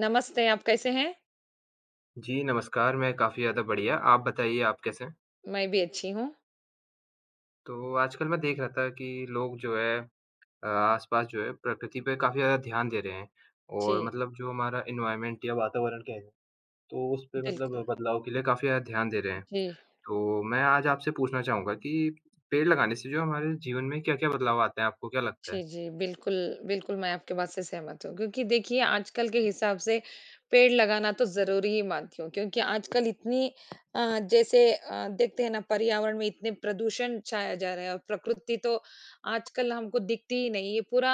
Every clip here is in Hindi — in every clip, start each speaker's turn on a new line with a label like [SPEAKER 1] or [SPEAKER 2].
[SPEAKER 1] नमस्ते, आप कैसे हैं?
[SPEAKER 2] जी, नमस्कार, मैं काफ़ी ज़्यादा बढ़िया। आप बताइए आप कैसे हैं?
[SPEAKER 1] मैं भी अच्छी हूँ।
[SPEAKER 2] तो आजकल मैं देख रहा था कि लोग जो है आस-पास जो है प्रकृति पे काफ़ी ज़्यादा ध्यान दे रहे हैं और
[SPEAKER 1] जी,
[SPEAKER 2] मतलब जो हमारा एनवायरनमेंट या वातावरण कह लें, तो उस पे मतलब
[SPEAKER 1] बिल्कुल।
[SPEAKER 2] बदलाव के लिए काफ़ी ज़्यादा ध्यान दे रहे हैं।
[SPEAKER 1] जी,
[SPEAKER 2] तो मैं आज आपसे पूछना चाहूँगा कि पेड़ लगाने से जो हमारे जीवन में क्या-क्या बदलाव आते हैं? आपको क्या लगता
[SPEAKER 1] जी,
[SPEAKER 2] है?
[SPEAKER 1] जी, बिल्कुल, बिल्कुल मैं आपकी बात से सहमत हूँ क्योंकि देखिए आजकल के हिसाब से पेड़ लगाना तो ज़रूरी ही मानती हूँ क्योंकि आजकल इतनी जैसे देखते हैं ना पर्यावरण में इतने प्रदूषण छाया जा रहा है और प्रकृति तो आजकल हमको दिखती ही नहीं है। पूरा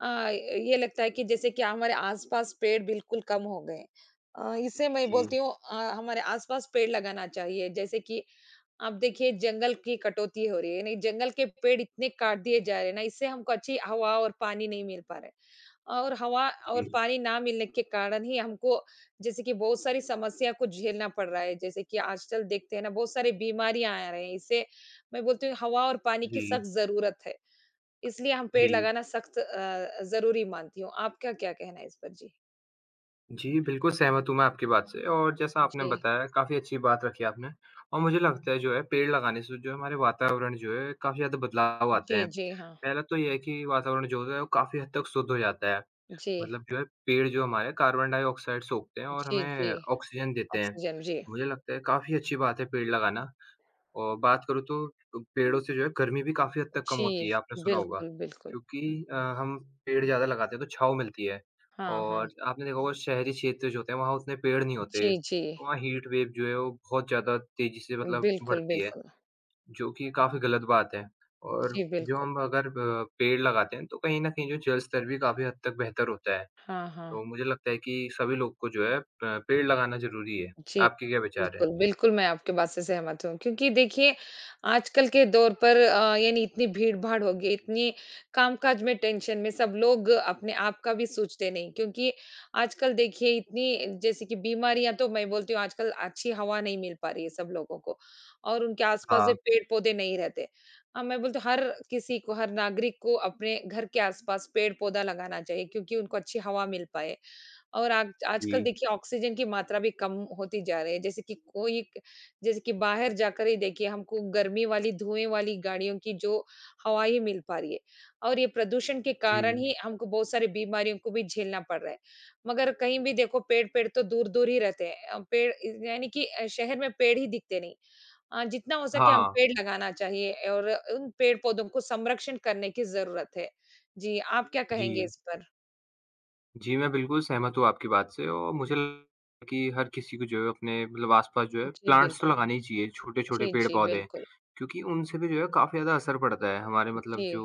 [SPEAKER 1] ये लगता है कि जैसे कि हमारे आस-पास पेड़ बिल्कुल कम हो गए हैं। इससे मैं
[SPEAKER 2] जी,
[SPEAKER 1] बोलती हूँ हमारे आस-पास पेड़ लगाना चाहिए जैसे कि अब देखिए जंगल की कटौती हो रही है, नहीं जंगल के पेड़ इतने काट दिए जा रहे हैं ना, इससे हमको अच्छी हवा और पानी नहीं मिल पा रहा है। और हवा और
[SPEAKER 2] जी,
[SPEAKER 1] पानी ना मिलने के कारण ही हमको जैसे कि बहुत सारी समस्या को झेलना पड़ रहा है। जैसे कि आजकल देखते हैं ना बहुत सारी बीमारियाँ आ रही हैं, इससे मैं बोलती हूँ हवा और पानी की
[SPEAKER 2] जी,
[SPEAKER 1] सख्त ज़रूरत है, इसलिए हम पेड़
[SPEAKER 2] जी।
[SPEAKER 1] लगाना सख्त ज़रूरी मानती हूँ। आपका क्या कहना है इस पर? जी।
[SPEAKER 2] जी, बिल्कुल सहमत हूँ मैं आपकी बात से और जैसा आपने
[SPEAKER 1] जी,
[SPEAKER 2] बताया काफ़ी अच्छी बात रखी आपने और मुझे लगता है जो है पेड़ लगाने से जो है हमारे वातावरण जो है काफ़ी ज़्यादा बदलाव आते
[SPEAKER 1] जी,
[SPEAKER 2] हैं।
[SPEAKER 1] जी, हाँ।
[SPEAKER 2] पहला तो ये है कि वातावरण जो होता है वो काफ़ी हद तक शुद्ध हो जाता है।
[SPEAKER 1] जी,
[SPEAKER 2] मतलब जो है पेड़ जो हमारे कार्बन डाइऑक्साइड सोखते हैं और
[SPEAKER 1] जी, जी,
[SPEAKER 2] हमें ऑक्सीजन देते हैं।
[SPEAKER 1] ऑक्सीजन, जी।
[SPEAKER 2] मुझे लगता है काफ़ी अच्छी बात है पेड़ लगाना। और बात करूँ तो पेड़ों से जो है गर्मी भी काफ़ी हद तक कम
[SPEAKER 1] जी,
[SPEAKER 2] होती है, आपने सुना होगा।
[SPEAKER 1] बिल्कुल, बिल्कुल।
[SPEAKER 2] क्योंकि हम पेड़ ज़्यादा लगाते हैं तो छाँव मिलती है
[SPEAKER 1] हाँ, हाँ।
[SPEAKER 2] और आपने देखा होगा शहरी क्षेत्र जो होते हैं वहाँ उतने पेड़ नहीं होते।
[SPEAKER 1] जी, जी।
[SPEAKER 2] वहाँ हीट वेव जो है वो बहुत ज़्यादा तेज़ी से मतलब
[SPEAKER 1] बिल्कुल,
[SPEAKER 2] बढ़ती है,
[SPEAKER 1] बिल्कुल।
[SPEAKER 2] जो कि काफ़ी गलत बात है। और
[SPEAKER 1] जी,
[SPEAKER 2] जो
[SPEAKER 1] बिल्कुल।
[SPEAKER 2] हम अगर पेड़ लगाते हैं तो कहीं न कहीं जो जल स्तर भी काफ़ी हद तक बेहतर होता है।
[SPEAKER 1] हाँ, हाँ,
[SPEAKER 2] तो मुझे लगता है कि सभी लोग को जो है प पेड़ लगाना ज़रूरी है।
[SPEAKER 1] जी,
[SPEAKER 2] आपके क्या विचार हैं?
[SPEAKER 1] बिल्कुल, बिल्कुल, मैं आपकी बात से सहमत हूँ क्योंकि देखिए, आजकल के दौर पर यानी इतनी भीड़-भाड़ हो गई, इतनी कामकाज में टेंशन में सब लोग अपने आप का भी सोचते नहीं क्योंकि आजकल देखिए इतनी जैसे कि बीमारियाँ तो मैं बोलती हूँ आजकल अच्छी हवा नहीं मिल पा रही है सब लोगों को और उनके आस-पास जो
[SPEAKER 2] हाँ,
[SPEAKER 1] पेड़-पौधे नहीं रहते। मैं बोलती हूँ हर किसी को, हर नागरिक को अपने घर के आस-पास पेड़-पौधा लगाना चाहिए क्योंकि उनको अच्छी हवा मिल पाए। और आज
[SPEAKER 2] जी।
[SPEAKER 1] आजकल देखिए ऑक्सीजन की मात्रा भी कम होती जा रही है जैसे कि कोई जैसे कि बाहर जाकर ही देखिए हमको गर्मी वाली धुएं वाली गाड़ियों की जो हवा ही मिल पा रही है और ये प्रदूषण के कारण
[SPEAKER 2] जी।
[SPEAKER 1] ही हमको बहुत सारी बीमारियों को भी झेलना पड़ रहा है मगर कहीं भी देखो पेड़ पेड़ तो दूर दूर ही रहते हैं, पेड़ यानी कि शहर में पेड़ ही दिखते नहीं। जितना हो सके हम
[SPEAKER 2] हाँ,
[SPEAKER 1] पेड़ लगाना चाहिए और उन पेड़ पौधों को संरक्षण करने की जरूरत है। जी, आप क्या
[SPEAKER 2] जी।
[SPEAKER 1] कहेंगे इस पर?
[SPEAKER 2] जी, मैं बिल्कुल सहमत हूँ आपकी बात से और मुझे लगता है कि हर किसी को जो है अपने मतलब आस-पास जो है
[SPEAKER 1] जी,
[SPEAKER 2] प्लांट्स तो
[SPEAKER 1] बिल्कुल।
[SPEAKER 2] लगाने ही चाहिए, छोटे-छोटे
[SPEAKER 1] जी, जी,
[SPEAKER 2] पेड़-पौधे।
[SPEAKER 1] बिल्कुल।
[SPEAKER 2] क्योंकि उनसे भी जो है काफ़ी ज़्यादा असर पड़ता है हमारे मतलब
[SPEAKER 1] जी,
[SPEAKER 2] जो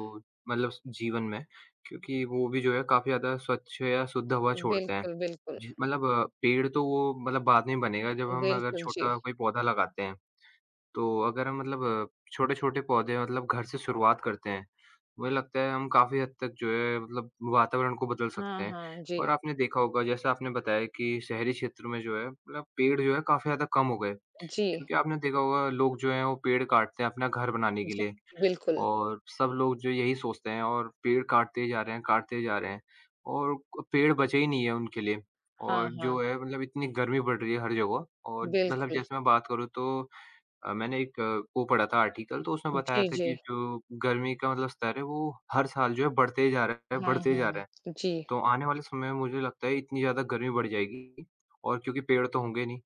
[SPEAKER 2] मतलब जीवन में क्योंकि वो भी जो है काफ़ी ज़्यादा स्वच्छ या शुद्ध हवा छोड़ते हैं।
[SPEAKER 1] बिल्कुल, बिल्कुल,
[SPEAKER 2] जी, मतलब पेड़ तो वो मतलब बाद में बनेगा जब हम अगर
[SPEAKER 1] बिल्कुल, जी।
[SPEAKER 2] छोटा कोई पौधा लगाते हैं। तो अगर हम मतलब छोटे-छोटे पौधे मतलब घर से शुरुआत करते हैं, मुझे लगता है हम काफ़ी हद तक जो है मतलब वातावरण को बदल सकते
[SPEAKER 1] हाँ,
[SPEAKER 2] हैं।
[SPEAKER 1] हाँ, जी,
[SPEAKER 2] और आपने देखा होगा जैसे आपने बताया कि शहरी क्षेत्र में जो है मतलब पेड़ जो है काफ़ी ज़्यादा कम हो गए।
[SPEAKER 1] जी,
[SPEAKER 2] क्योंकि आपने देखा होगा लोग जो हैं वो पेड़ काटते हैं अपना घर बनाने के
[SPEAKER 1] जी,
[SPEAKER 2] लिए
[SPEAKER 1] बिल्कुल।
[SPEAKER 2] और सब लोग जो यही सोचते हैं और पेड़ काटते ही जा रहे हैं, काटते ही जा रहे हैं और पेड़ बचे ही नहीं है उनके लिए।
[SPEAKER 1] हाँ,
[SPEAKER 2] और
[SPEAKER 1] हाँ,
[SPEAKER 2] जो है मतलब इतनी गर्मी बढ़ रही है हर जगह और मतलब
[SPEAKER 1] बिल्कुल।
[SPEAKER 2] जैसे मैं बात करूँ तो मैंने एक वो पढ़ा था आर्टिकल तो उसमें बताया
[SPEAKER 1] जी,
[SPEAKER 2] था
[SPEAKER 1] जी।
[SPEAKER 2] कि जो गर्मी का मतलब स्तर है वो हर साल जो है बढ़ते ही जा रहा है,
[SPEAKER 1] हाँ,
[SPEAKER 2] बढ़ते ही
[SPEAKER 1] हाँ,
[SPEAKER 2] जा रहा है।
[SPEAKER 1] जी,
[SPEAKER 2] तो आने वाले समय में मुझे लगता है इतनी ज़्यादा गर्मी बढ़ जाएगी और क्योंकि पेड़ तो होंगे नहीं,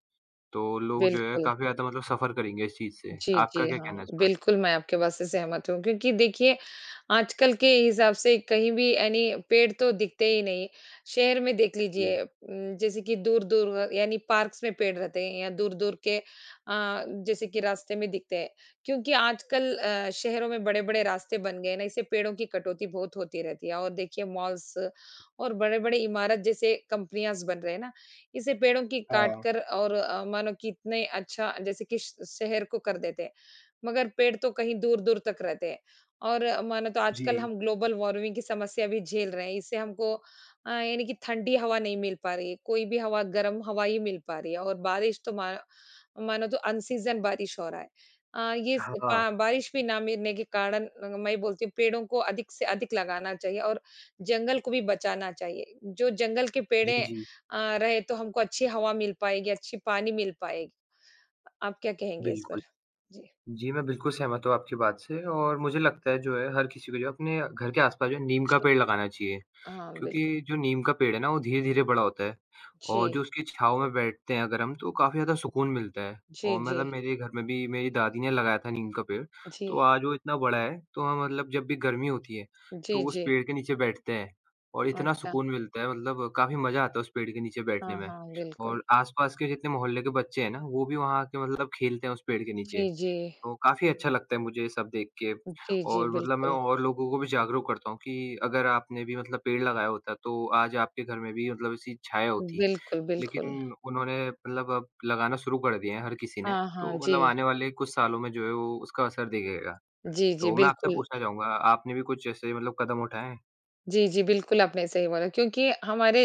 [SPEAKER 2] तो लोग जो है
[SPEAKER 1] बिल्कुल।
[SPEAKER 2] काफ़ी ज़्यादा मतलब सफ़र करेंगे इस चीज़ से।
[SPEAKER 1] जी,
[SPEAKER 2] आपका
[SPEAKER 1] जी,
[SPEAKER 2] क्या कहना
[SPEAKER 1] हाँ।
[SPEAKER 2] है इस पर?
[SPEAKER 1] बिल्कुल, मैं आपके बात से सहमत हूँ क्योंकि देखिए, आजकल के हिसाब से कहीं भी यानी पेड़ तो दिखते ही नहीं। शहर में देख
[SPEAKER 2] जी।
[SPEAKER 1] लीजिए जैसे कि दूर-दूर यानी पार्क्स में पेड़ रहते हैं या दूर-दूर के जैसे कि रास्ते में दिखते हैं। क्योंकि आजकल शहरों में बड़े-बड़े रास्ते बन गए हैं ना, इससे पेड़ों की कटौती बहुत होती रहती है और देखिए मॉल्स और बड़े-बड़े इमारत जैसे कंपनियाज़ बन रहे हैं ना, इसे पेड़ों की काट कर और मानो कि इतने अच्छा जैसे कि शहर को कर देते हैं, मगर पेड़ तो कहीं दूर दूर तक रहते हैं। और मानो तो आजकल
[SPEAKER 2] जी।
[SPEAKER 1] हम ग्लोबल वार्मिंग की समस्या भी झेल रहे हैं, इससे हमको यानी कि ठंडी हवा नहीं मिल पा रही है, कोई भी हवा गर्म हवा ही मिल पा रही है और बारिश तो मानो तो अनसीजन बारिश हो रहा है। ये
[SPEAKER 2] हाँ।
[SPEAKER 1] बारिश भी ना मिलने के कारण मैं बोलती हूँ पेड़ों को अधिक से अधिक लगाना चाहिए और जंगल को भी बचाना चाहिए। जो जंगल के
[SPEAKER 2] जी,
[SPEAKER 1] पेड़े
[SPEAKER 2] जी।
[SPEAKER 1] रहे तो हमको अच्छी हवा मिल पाएगी, अच्छी पानी मिल पाएगी। आप क्या कहेंगे इस
[SPEAKER 2] बिल्कुल।
[SPEAKER 1] पर? जी,
[SPEAKER 2] जी, मैं बिल्कुल सहमत हूँ आपकी बात से और मुझे लगता है जो है हर किसी को जो है अपने घर के आस-पास जो है नीम का
[SPEAKER 1] जी।
[SPEAKER 2] पेड़ लगाना चाहिए।
[SPEAKER 1] हाँ, बिल्कुल।
[SPEAKER 2] क्योंकि जो नीम का पेड़ है ना, वो धीरे-धीरे बड़ा होता है और
[SPEAKER 1] जी,
[SPEAKER 2] जो उसकी छाँव में बैठते हैं अगर हम, तो काफ़ी ज़्यादा सुकून मिलता है
[SPEAKER 1] जी,
[SPEAKER 2] और
[SPEAKER 1] जी,
[SPEAKER 2] मतलब मेरे घर में भी मेरी दादी ने लगाया था नीम का पेड़, तो
[SPEAKER 1] जी,
[SPEAKER 2] आज वो इतना बड़ा है, तो हम मतलब जब भी गर्मी होती है,
[SPEAKER 1] जी,
[SPEAKER 2] तो उस
[SPEAKER 1] जी।
[SPEAKER 2] पेड़ के नीचे बैठते हैं और इतना
[SPEAKER 1] अच्छा,
[SPEAKER 2] सुकून मिलता है मतलब काफ़ी मज़ा आता है उस पेड़ के नीचे बैठने
[SPEAKER 1] हाँ,
[SPEAKER 2] में
[SPEAKER 1] हाँ, बिल्कुल।
[SPEAKER 2] और आस-पास के जितने मोहल्ले के बच्चे हैं ना, वो भी वहाँ आके मतलब खेलते हैं उस पेड़ के नीचे।
[SPEAKER 1] जी, जी,
[SPEAKER 2] तो काफ़ी अच्छा लगता है मुझे ये सब देख के
[SPEAKER 1] जी, जी,
[SPEAKER 2] और मतलब मैं
[SPEAKER 1] बिल्कुल।
[SPEAKER 2] और लोगों को भी जागरूक करता हूँ कि अगर आपने भी मतलब पेड़ लगाया होता तो आज आपके घर में भी मतलब ऐसी छाया होती।
[SPEAKER 1] बिल्कुल, बिल्कुल।
[SPEAKER 2] लेकिन उन्होंने मतलब अब लगाना शुरू कर दिए हैं हर किसी ने,
[SPEAKER 1] हाँ, हाँ,
[SPEAKER 2] तो मतलब
[SPEAKER 1] जी।
[SPEAKER 2] आने वाले कुछ सालों में जो है वो उसका असर दिखेगा।
[SPEAKER 1] जी, जी,
[SPEAKER 2] तो मैं आपसे
[SPEAKER 1] बिल्कुल।
[SPEAKER 2] पूछना चाहूँगा आपने भी कुछ ऐसे मतलब कदम उठाए हैं?
[SPEAKER 1] जी, जी, बिल्कुल आपने सही बोला क्योंकि हमारे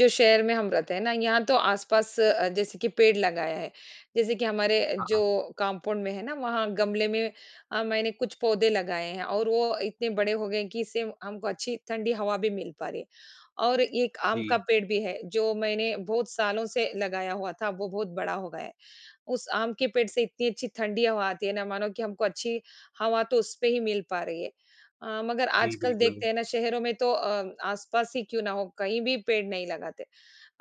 [SPEAKER 1] जो शहर में हम रहते हैं ना, यहाँ तो आस-पास जैसे कि पेड़ लगाया है। जैसे कि हमारे जो
[SPEAKER 2] हाँ,
[SPEAKER 1] कंपाउंड में है ना, वहाँ गमले में मैंने कुछ पौधे लगाए हैं और वो इतने बड़े हो गए कि इससे हमको अच्छी ठंडी हवा भी मिल पा रही है। और एक आम का
[SPEAKER 2] जी।
[SPEAKER 1] पेड़ भी है, जो मैंने बहुत सालों से लगाया हुआ था, वो बहुत बड़ा हो गया है। उस आम के पेड़ से इतनी अच्छी ठंडी हवा आती है ना, मानो कि हमको अच्छी हवा तो उसपे ही मिल पा रही है। मगर
[SPEAKER 2] जी,
[SPEAKER 1] आजकल
[SPEAKER 2] बिल्कुल।
[SPEAKER 1] देखते हैं ना शहरों में तो आसपास ही क्यों ना हो कहीं भी पेड़ नहीं लगाते।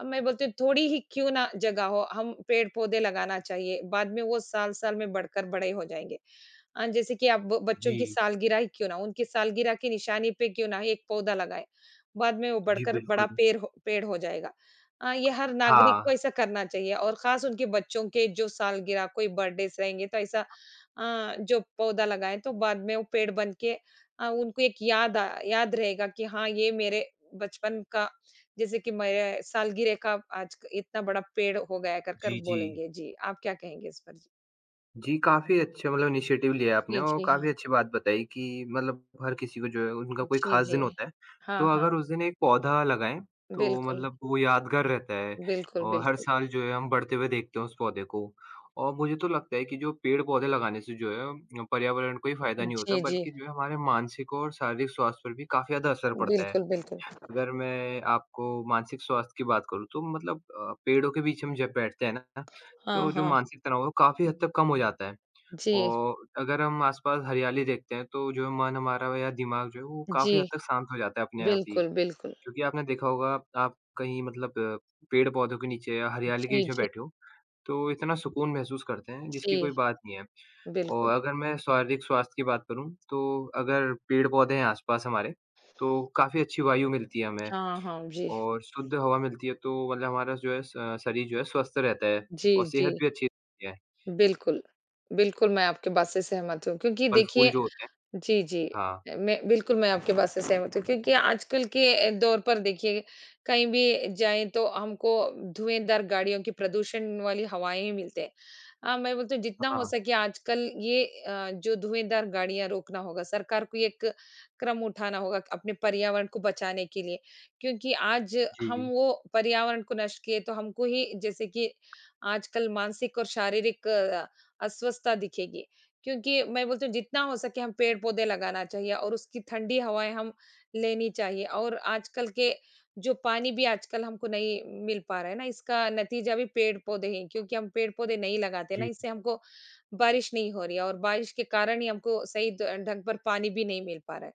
[SPEAKER 1] अब मैं बोलती हूँ थोड़ी ही क्यों ना जगह हो, हम पेड़-पौधे लगाना चाहिए, बाद में वो साल-साल में बढ़कर बड़े हो जाएँगे। जैसे कि आप ब बच्चों की
[SPEAKER 2] जी।
[SPEAKER 1] सालगिरह ही क्यों ना हो, उनकी सालगिरह की निशानी पे क्यों ना एक पौधा लगाएँ, बाद में वो
[SPEAKER 2] जी,
[SPEAKER 1] बढ़कर बड़ा
[SPEAKER 2] बिल्कुल।
[SPEAKER 1] पेड़ हो जाएगा। ये हर नागरिक को
[SPEAKER 2] हाँ।
[SPEAKER 1] ऐसा करना चाहिए और ख़ास उनके बच्चों के जो सालगिरह, कोई बर्थडेज़ रहेंगे तो ऐसा जो पौधा लगाएँ तो बाद में वो पेड़ बन के उनको एक याद रहेगा कि हाँ, ये मेरे बचपन का जैसे कि मेरे सालगिरह का आज क इतना बड़ा पेड़ हो गया कर कर
[SPEAKER 2] जी, जी।
[SPEAKER 1] बोलेंगे। जी, आप क्या कहेंगे इस पर?
[SPEAKER 2] जी, काफ़ी अच्छे मतलब इनिशिएटिव लिया आपने
[SPEAKER 1] जी,
[SPEAKER 2] और
[SPEAKER 1] जी, हाँ।
[SPEAKER 2] काफ़ी अच्छी बात बताई कि मतलब हर किसी को जो है उनका कोई
[SPEAKER 1] जी,
[SPEAKER 2] ख़ास दिन
[SPEAKER 1] जी।
[SPEAKER 2] होता है।
[SPEAKER 1] हाँ,
[SPEAKER 2] तो
[SPEAKER 1] हाँ।
[SPEAKER 2] अगर उस दिन एक पौधा लगाएँ, तो
[SPEAKER 1] बिल्कुल,
[SPEAKER 2] मतलब वो यादगार रहता है
[SPEAKER 1] बिल्कुल,
[SPEAKER 2] और हर
[SPEAKER 1] बिल्कुल।
[SPEAKER 2] साल जो है हम बढ़ते हुए देखते हैं उस पौधे को। और मुझे तो लगता है कि जो पेड़-पौधे लगाने से जो है पर्यावरण को ही फ़ायदा नहीं होता
[SPEAKER 1] जी, जी।
[SPEAKER 2] बल्कि जो है हमारे मानसिक और शारीरिक स्वास्थ्य पर भी काफ़ी ज़्यादा असर पड़ता है।
[SPEAKER 1] बिल्कुल, बिल्कुल।
[SPEAKER 2] अगर मैं आपको मानसिक स्वास्थ्य की बात करूँ तो मतलब पेड़ों के बीच हम जब बैठते हैं ना,
[SPEAKER 1] हाँ,
[SPEAKER 2] तो जो
[SPEAKER 1] हाँ।
[SPEAKER 2] मानसिक तनाव है वो काफ़ी हद तक कम हो जाता है।
[SPEAKER 1] जी,
[SPEAKER 2] और अगर हम आस-पास हरियाली देखते हैं, तो जो मन हमारा या दिमाग जो है, वो
[SPEAKER 1] जी।
[SPEAKER 2] काफ़ी हद तक शांत हो जाता है अपने आप ही।
[SPEAKER 1] बिल्कुल, बिल्कुल।
[SPEAKER 2] क्योंकि आपने देखा होगा, आप कहीं मतलब पेड़-पौधों के नीचे या हरियाली के
[SPEAKER 1] जी,
[SPEAKER 2] नीचे
[SPEAKER 1] जी,
[SPEAKER 2] बैठे हो, तो इतना सुकून महसूस करते हैं,
[SPEAKER 1] जी।
[SPEAKER 2] जिसकी कोई बात नहीं है।
[SPEAKER 1] बिल्कुल।
[SPEAKER 2] और अगर मैं शारीरिक स्वास्थ्य की बात करूँ, तो अगर पेड़-पौधे हैं आस-पास हमारे, तो काफ़ी अच्छी वायु मिलती है हमें
[SPEAKER 1] हाँ, हाँ। जी।
[SPEAKER 2] और शुद्ध हवा मिलती है, तो मतलब हमारा जो है स शरीर जो है स्वस्थ रहता है
[SPEAKER 1] जी,
[SPEAKER 2] और
[SPEAKER 1] जी।
[SPEAKER 2] सेहत भी अच्छी रहती है,
[SPEAKER 1] बिल्कुल। बिल्कुल, मैं आपकी बात से सहमत हूँ क्योंकि
[SPEAKER 2] फल-फूल
[SPEAKER 1] देखिए
[SPEAKER 2] जो होते हैं
[SPEAKER 1] जी, जी।
[SPEAKER 2] हाँ।
[SPEAKER 1] मैं बिल्कुल, मैं आपकी बात से सहमत हूँ क्योंकि आजकल के दौर पर देखिए, कहीं भी जाएँ तो हमको धुएँदार गाड़ियों की प्रदूषण वाली हवाएँ ही मिलते हैं। मैं बोलती हूँ जितना हो
[SPEAKER 2] हाँ,
[SPEAKER 1] सके आजकल ये जो धुएँदार गाड़ियाँ रोकना होगा, सरकार को ये एक कदम उठाना होगा अपने पर्यावरण को बचाने के लिए। क्योंकि आज हम
[SPEAKER 2] जी।
[SPEAKER 1] वो पर्यावरण को नष्ट किए तो हमको ही जैसे कि आजकल मानसिक और शारीरिक अस्वस्थता दिखेगी। क्योंकि मैं बोलती हूँ जितना हो सके हम पेड़-पौधे लगाना चाहिए और उसकी ठंडी हवाएँ हम लेनी चाहिए। और आजकल के जो पानी भी आजकल हमको नहीं मिल पा रहा है ना, इसका नतीजा भी पेड़-पौधे ही, क्योंकि हम पेड़-पौधे नहीं लगाते ना,
[SPEAKER 2] जी।
[SPEAKER 1] इससे हमको बारिश नहीं हो रही है और बारिश के कारण ही हमको सही द ढंग पर पानी भी नहीं मिल पा रहा है।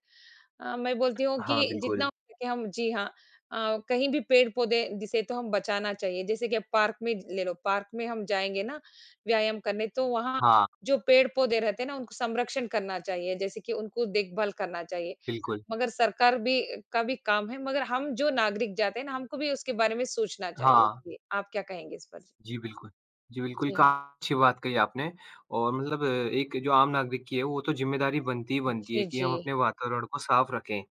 [SPEAKER 1] मैं बोलती हूँ
[SPEAKER 2] हाँ,
[SPEAKER 1] कि जितना
[SPEAKER 2] बिल्कुल।
[SPEAKER 1] हो सके हम जी हाँ, कहीं भी पेड़-पौधे जिसे तो हम बचाना चाहिए, जैसे कि अब पार्क में ले लो, पार्क में हम जाएँगे ना व्यायाम करने तो वहाँ
[SPEAKER 2] हाँ,
[SPEAKER 1] जो पेड़-पौधे रहते हैं ना उनको संरक्षण करना चाहिए, जैसे कि उनको देखभाल करना चाहिए।
[SPEAKER 2] बिल्कुल।
[SPEAKER 1] मगर सरकार भी का भी काम है, मगर हम जो नागरिक जाते हैं ना हमको भी उसके बारे में सोचना चाहिए।
[SPEAKER 2] हाँ,
[SPEAKER 1] जी, आप क्या कहेंगे इस पर?
[SPEAKER 2] जी, बिल्कुल। जी, बिल्कुल,
[SPEAKER 1] जी हाँ।
[SPEAKER 2] काफ़ी अच्छी बात कही आपने और मतलब एक जो आम नागरिक की है, वो तो ज़िम्मेदारी बनती ही बनती है
[SPEAKER 1] जी,
[SPEAKER 2] कि
[SPEAKER 1] जी,
[SPEAKER 2] हम अपने वातावरण को साफ़ रखें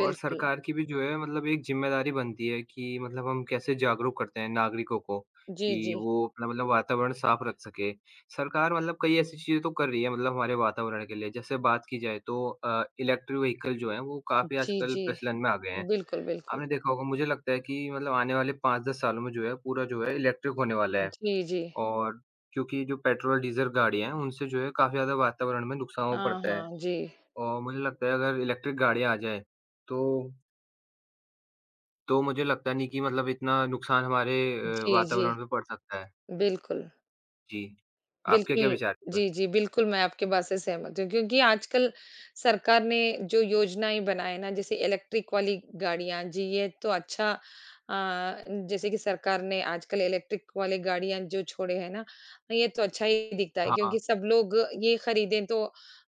[SPEAKER 2] और
[SPEAKER 1] बिल्कुल।
[SPEAKER 2] सरकार की भी जो है मतलब एक ज़िम्मेदारी बनती है कि मतलब हम कैसे जागरूक करते हैं नागरिकों को
[SPEAKER 1] जी,
[SPEAKER 2] कि
[SPEAKER 1] जी।
[SPEAKER 2] वो अपना मतलब वातावरण साफ़ रख सके। सरकार मतलब कई ऐसी चीज़ें तो कर रही है मतलब हमारे वातावरण के लिए, जैसे बात की जाए तो इलेक्ट्रिक व्हीकल जो हैं, वो काफ़ी
[SPEAKER 1] जी,
[SPEAKER 2] आजकल
[SPEAKER 1] जी।
[SPEAKER 2] प्रचलन में आ गए हैं।
[SPEAKER 1] बिल्कुल, बिल्कुल।
[SPEAKER 2] आपने देखा होगा मुझे लगता है कि मतलब आने वाले 5-10 सालों में जो है पूरा जो है इलेक्ट्रिक होने वाला है
[SPEAKER 1] जी, जी।
[SPEAKER 2] और क्योंकि जो पेट्रोल डीज़ल गाड़ियाँ हैं उनसे जो है काफ़ी ज़्यादा वातावरण में नुकसान हो
[SPEAKER 1] हाँ,
[SPEAKER 2] पड़ता है।
[SPEAKER 1] हाँ। जी।
[SPEAKER 2] और मुझे लगता है अगर इलेक्ट्रिक गाड़ियाँ आ जाएँ तो मुझे लगता नहीं कि मतलब इतना नुकसान हमारे
[SPEAKER 1] जी, जी,
[SPEAKER 2] वातावरण पे पड़ सकता है।
[SPEAKER 1] बिल्कुल।
[SPEAKER 2] जी, आपके क्या
[SPEAKER 1] बिल्कुल।
[SPEAKER 2] विचार हैं इस पर?
[SPEAKER 1] जी, जी, बिल्कुल मैं आपकी बात से सहमत हूँ क्योंकि आजकल सरकार ने जो योजनाएँ बनाए हैं ना जैसे इलेक्ट्रिक वाली गाड़ियाँ जी, ये तो अच्छा अ, जैसे कि सरकार ने आजकल इलेक्ट्रिक वाली गाड़ियाँ जो छोड़े हैं ना, ये तो अच्छा ही दिखता है
[SPEAKER 2] हाँ,
[SPEAKER 1] क्योंकि सब लोग ये खरीदें तो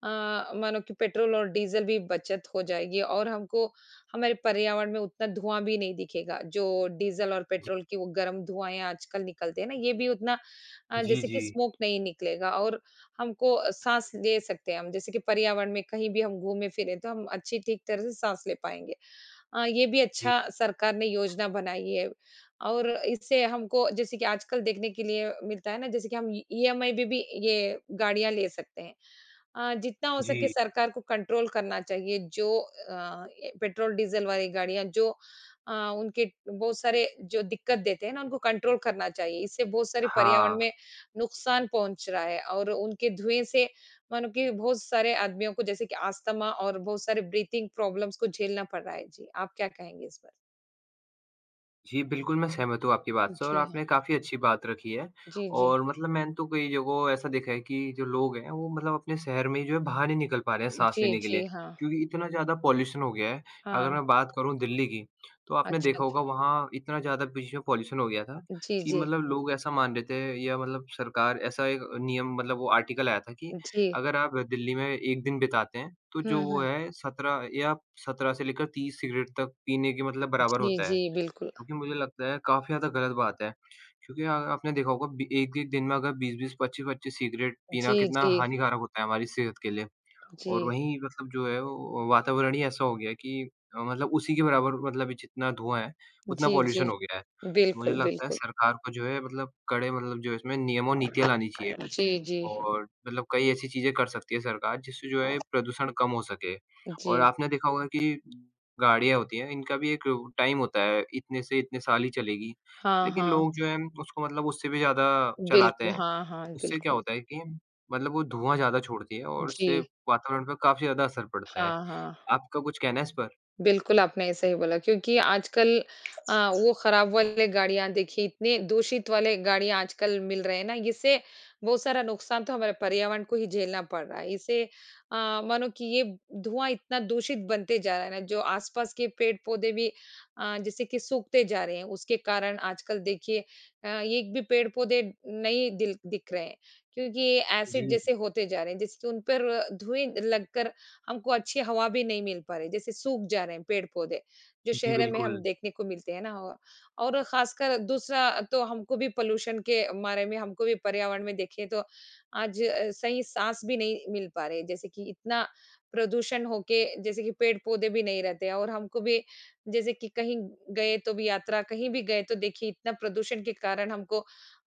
[SPEAKER 1] अ, मानो कि पेट्रोल और डीज़ल भी बचत हो जाएगी और हमको हमारे पर्यावरण में उतना धुआँ भी नहीं दिखेगा। जो डीज़ल और पेट्रोल की वो गर्म धुआँ आजकल निकलते हैं ना, ये भी उतना
[SPEAKER 2] जी,
[SPEAKER 1] जैसे
[SPEAKER 2] जी।
[SPEAKER 1] कि स्मोक नहीं निकलेगा और हमको साँस ले सकते हैं हम, जैसे कि पर्यावरण में कहीं भी हम घूमे-फिरे तो हम अच्छी ठीक तरह से साँस ले पाएँगे। ये भी
[SPEAKER 2] जी,
[SPEAKER 1] अच्छा सरकार ने योजना बनाई है। और इससे हमको जैसे कि आजकल देखने के लिए मिलता है ना, जैसे कि हम ई ईएमआई पे भी ये गाड़ियाँ ले सकते हैं। जितना हो सके
[SPEAKER 2] जी।
[SPEAKER 1] सरकार को कंट्रोल करना चाहिए जो ये पेट्रोल डीजल वाली गाड़ियाँ जो उनके बहुत सारे जो दिक्कत देते हैं ना उनको कंट्रोल करना चाहिए। इससे बहुत सारे पर्यावरण
[SPEAKER 2] हाँ।
[SPEAKER 1] में नुकसान पहुँच रहा है और उनके धुएँ से मानो कि बहुत सारे आदमियों को जैसे कि अस्थमा और बहुत सारे ब्रीथिंग प्रॉब्लम्स को झेलना पड़ रहा है। जी, आप क्या कहेंगे इस पर?
[SPEAKER 2] जी, बिल्कुल, मैं सहमत हूँ आपकी बात से और
[SPEAKER 1] जी हाँ।
[SPEAKER 2] आपने काफ़ी अच्छी बात रखी है
[SPEAKER 1] जी, जी।
[SPEAKER 2] और मतलब मैंने तो कई जगहों ऐसा देखा है कि जो लोग हैं, वो मतलब अपने शहर में ही जो है बाहर नहीं निकल पा रहे हैं सांस
[SPEAKER 1] जी,
[SPEAKER 2] लेने के लिए,
[SPEAKER 1] जी, हाँ।
[SPEAKER 2] क्योंकि इतना ज़्यादा पॉल्यूशन हो गया है। अगर
[SPEAKER 1] हाँ।
[SPEAKER 2] मैं बात करूँ दिल्ली की, तो आपने
[SPEAKER 1] अच्छा,
[SPEAKER 2] देखा होगा
[SPEAKER 1] अच्छा।
[SPEAKER 2] वहाँ इतना ज़्यादा बीच में पॉल्यूशन हो गया था
[SPEAKER 1] जी,
[SPEAKER 2] कि
[SPEAKER 1] जी।
[SPEAKER 2] मतलब लोग ऐसा मान रहे थे या मतलब सरकार ऐसा एक नियम मतलब वो आर्टिकल आया था कि
[SPEAKER 1] जी।
[SPEAKER 2] अगर आप दिल्ली में 1 दिन बिताते हैं, तो जो
[SPEAKER 1] हुँ,
[SPEAKER 2] वो
[SPEAKER 1] हुँ।
[SPEAKER 2] है 17 या 17 से लेकर 30 सिगरेट तक पीने के मतलब बराबर
[SPEAKER 1] जी,
[SPEAKER 2] होता
[SPEAKER 1] जी,
[SPEAKER 2] है।
[SPEAKER 1] बिल्कुल।
[SPEAKER 2] क्योंकि मुझे लगता है काफ़ी ज़्यादा गलत बात है। क्योंकि आपने देखा होगा बी एक-एक दिन में अगर 20-20, 25-25 सिगरेट पीना
[SPEAKER 1] जी,
[SPEAKER 2] कितना
[SPEAKER 1] जी।
[SPEAKER 2] हानिकारक होता है हमारी सेहत के लिए। और
[SPEAKER 1] जी,
[SPEAKER 2] वहीं मतलब जो है वो वातावरण ही ऐसा हो गया है कि मतलब उसी के बराबर मतलब जितना धुआँ है, उतना
[SPEAKER 1] जी, जी।
[SPEAKER 2] पॉल्यूशन हो गया है। मुझे
[SPEAKER 1] बिल्कुल,
[SPEAKER 2] लगता है
[SPEAKER 1] बिल्कुल।
[SPEAKER 2] सरकार को जो है मतलब कड़े मतलब जो है इसमें नियम और नीतियाँ लानी चाहिए।
[SPEAKER 1] जी, जी,
[SPEAKER 2] और मतलब कई ऐसी चीज़ें कर सकती है सरकार जिससे जो है प्रदूषण कम हो सके।
[SPEAKER 1] जी।
[SPEAKER 2] और आपने देखा होगा कि गाड़ियाँ होती हैं, इनका भी एक टाइम होता है, इतने से इतने साल ही चलेगी।
[SPEAKER 1] हाँ,
[SPEAKER 2] लेकिन
[SPEAKER 1] हाँ।
[SPEAKER 2] लोग जो हैं उसको मतलब उससे भी ज़्यादा चलाते
[SPEAKER 1] बिल्कुल,
[SPEAKER 2] हैं।
[SPEAKER 1] हाँ, हाँ,
[SPEAKER 2] उससे क्या
[SPEAKER 1] बिल्कुल।
[SPEAKER 2] होता है कि मतलब वो धुआँ ज़्यादा छोड़ती है और
[SPEAKER 1] जी,
[SPEAKER 2] उससे वातावरण पे काफ़ी ज़्यादा असर पड़ता है।
[SPEAKER 1] हाँ, हाँ।
[SPEAKER 2] आपका कुछ कहना है इस पर?
[SPEAKER 1] बिल्कुल, आपने सही बोला क्योंकि आजकल वो खराब वाले गाड़ियाँ देखिए इतने दूषित वाले गाड़ियाँ आजकल मिल रहे हैं ना, इससे बहुत सारा नुकसान तो हमारे पर्यावरण को ही झेलना पड़ रहा है। इसे मानो कि ये धुआँ इतना दूषित बनते जा रहा है ना, जो आसपास के पेड़-पौधे भी जैसे कि सूखते जा रहे हैं, उसके कारण आजकल देखिए एक भी पेड़-पौधे नहीं दिल दिख रहे हैं, क्योंकि एसिड
[SPEAKER 2] जी।
[SPEAKER 1] जैसे होते जा रहे हैं, जिससे उन पर धुएँ लगकर हमको अच्छी हवा भी नहीं मिल पा रही, जैसे सूख जा रहे हैं पेड़-पौधे, जो
[SPEAKER 2] जी,
[SPEAKER 1] शहर में हम
[SPEAKER 2] बिल्कुल।
[SPEAKER 1] देखने को मिलते हैं ना। औ और खासकर दूसरा तो हमको भी पॉल्यूशन के मारे में हमको भी पर्यावरण में देखें तो आज सही साँस भी नहीं मिल पा रही, जैसे कि इतना प्रदूषण होके जैसे कि पेड़-पौधे भी नहीं रहते और हमको भी जैसे कि कहीं गए तो भी यात्रा कहीं भी गए तो देखिए इतना प्रदूषण के कारण हमको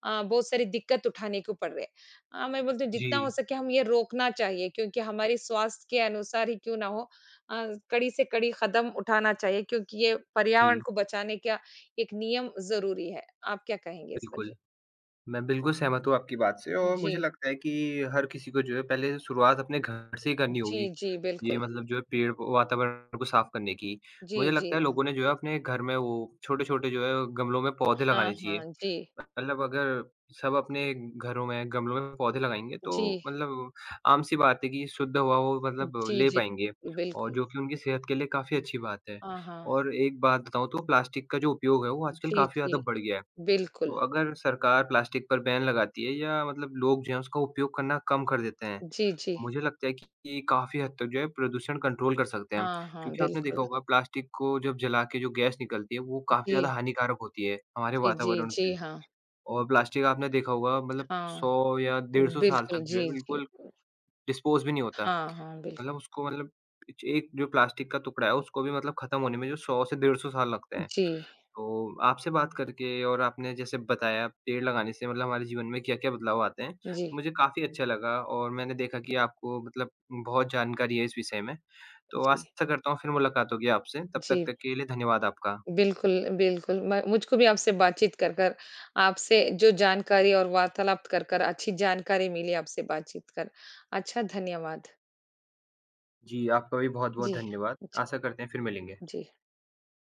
[SPEAKER 1] बहुत सारी दिक्कत उठाने को पड़ रहे हैं। हाँ, मैं बोलती हूँ जितना हो
[SPEAKER 2] जी,
[SPEAKER 1] सके हम ये रोकना चाहिए क्योंकि हमारी स्वास्थ्य के अनुसार ही क्यों ना हो कड़ी से कड़ी कदम उठाना चाहिए क्योंकि ये पर्यावरण
[SPEAKER 2] जी,
[SPEAKER 1] को बचाने का एक नियम ज़रूरी है। आप क्या कहेंगे इस पर? जी।
[SPEAKER 2] बिल्कुल। मैं बिल्कुल सहमत हूँ आपकी बात से और
[SPEAKER 1] जी।
[SPEAKER 2] मुझे लगता है कि हर किसी को जो है पहले शुरुआत अपने घर से ही करनी
[SPEAKER 1] जी,
[SPEAKER 2] होगी।
[SPEAKER 1] जी,
[SPEAKER 2] ये
[SPEAKER 1] बिल्कुल।
[SPEAKER 2] मतलब जो है पेड़ को- वातावरण को साफ करने की।
[SPEAKER 1] जी,
[SPEAKER 2] मुझे
[SPEAKER 1] जी।
[SPEAKER 2] लगता है लोगों ने जो है अपने घर में वो छोटे-छोटे जो है गमलों में पौधे
[SPEAKER 1] हाँ,
[SPEAKER 2] लगाने चाहिए।
[SPEAKER 1] हाँ। जी।
[SPEAKER 2] मतलब अगर सब अपने घरों में गमलों में पौधे लगाएँगे तो
[SPEAKER 1] जी।
[SPEAKER 2] मतलब आम-सी बात है कि शुद्ध हवा वो मतलब
[SPEAKER 1] जी,
[SPEAKER 2] ले
[SPEAKER 1] जी।
[SPEAKER 2] पाएँगे और
[SPEAKER 1] बिल्कुल।
[SPEAKER 2] जो कि उनकी सेहत के लिए काफ़ी अच्छी बात है।
[SPEAKER 1] हाँ, हाँ।
[SPEAKER 2] और एक बात बताऊँ तो प्लास्टिक का जो उपयोग है वो आजकल
[SPEAKER 1] जी,
[SPEAKER 2] काफ़ी ज़्यादा
[SPEAKER 1] जी।
[SPEAKER 2] बढ़ गया है। तो
[SPEAKER 1] बिल्कुल।
[SPEAKER 2] अगर सरकार प्लास्टिक पर बैन लगाती है या मतलब लोग जो हैं उसका उपयोग करना कम कर देते हैं,
[SPEAKER 1] जी, जी।
[SPEAKER 2] मुझे लगता है कि काफ़ी हद तक जो है प्रदूषण कंट्रोल कर सकते हैं हम।
[SPEAKER 1] हाँ, हाँ,
[SPEAKER 2] क्योंकि आपने
[SPEAKER 1] बिल्कुल।
[SPEAKER 2] देखा होगा प्लास्टिक को जब जला के जो गैस निकलती है वो काफ़ी
[SPEAKER 1] जी।
[SPEAKER 2] ज़्यादा हानिकारक होती है हमारे
[SPEAKER 1] जी, जी,
[SPEAKER 2] वातावरण के
[SPEAKER 1] जी,
[SPEAKER 2] लिए।
[SPEAKER 1] हाँ।
[SPEAKER 2] और प्लास्टिक आपने देखा होगा मतलब
[SPEAKER 1] हाँ,
[SPEAKER 2] 100 या 150 साल
[SPEAKER 1] बिल्कुल।
[SPEAKER 2] तक जो है
[SPEAKER 1] जी, जी।
[SPEAKER 2] बिल्कुल डिस्पोज़ भी नहीं होता।
[SPEAKER 1] हाँ, हाँ,
[SPEAKER 2] मतलब
[SPEAKER 1] बिल्कुल।
[SPEAKER 2] उसको मतलब एक जो प्लास्टिक का टुकड़ा है उसको भी मतलब ख़त्म होने में जो 100 से 150 साल लगते हैं।
[SPEAKER 1] जी।
[SPEAKER 2] तो आपसे बात करके और आपने जैसे बताया पेड़ लगाने से मतलब हमारे जीवन में क्या-क्या बदलाव आते हैं,
[SPEAKER 1] जी,
[SPEAKER 2] तो मुझे काफ़ी अच्छा लगा और मैंने देखा कि आपको मतलब बहुत जानकारी है इस विषय में। तो
[SPEAKER 1] जी,
[SPEAKER 2] आशा करता हूँ फिर मुलाकात होगी आपसे, तब तक
[SPEAKER 1] जी।
[SPEAKER 2] तक के लिए धन्यवाद आपका।
[SPEAKER 1] बिल्कुल, बिल्कुल, मैं मुझको भी आपसे बातचीत कर आपसे जो जानकारी और वार्तालाप कर अच्छी जानकारी मिली आपसे बातचीत कर। अच्छा, धन्यवाद।
[SPEAKER 2] जी, आपका भी बहुत-बहुत
[SPEAKER 1] जी,
[SPEAKER 2] धन्यवाद।
[SPEAKER 1] अच्छा,
[SPEAKER 2] आशा करते हैं फिर मिलेंगे।
[SPEAKER 1] जी।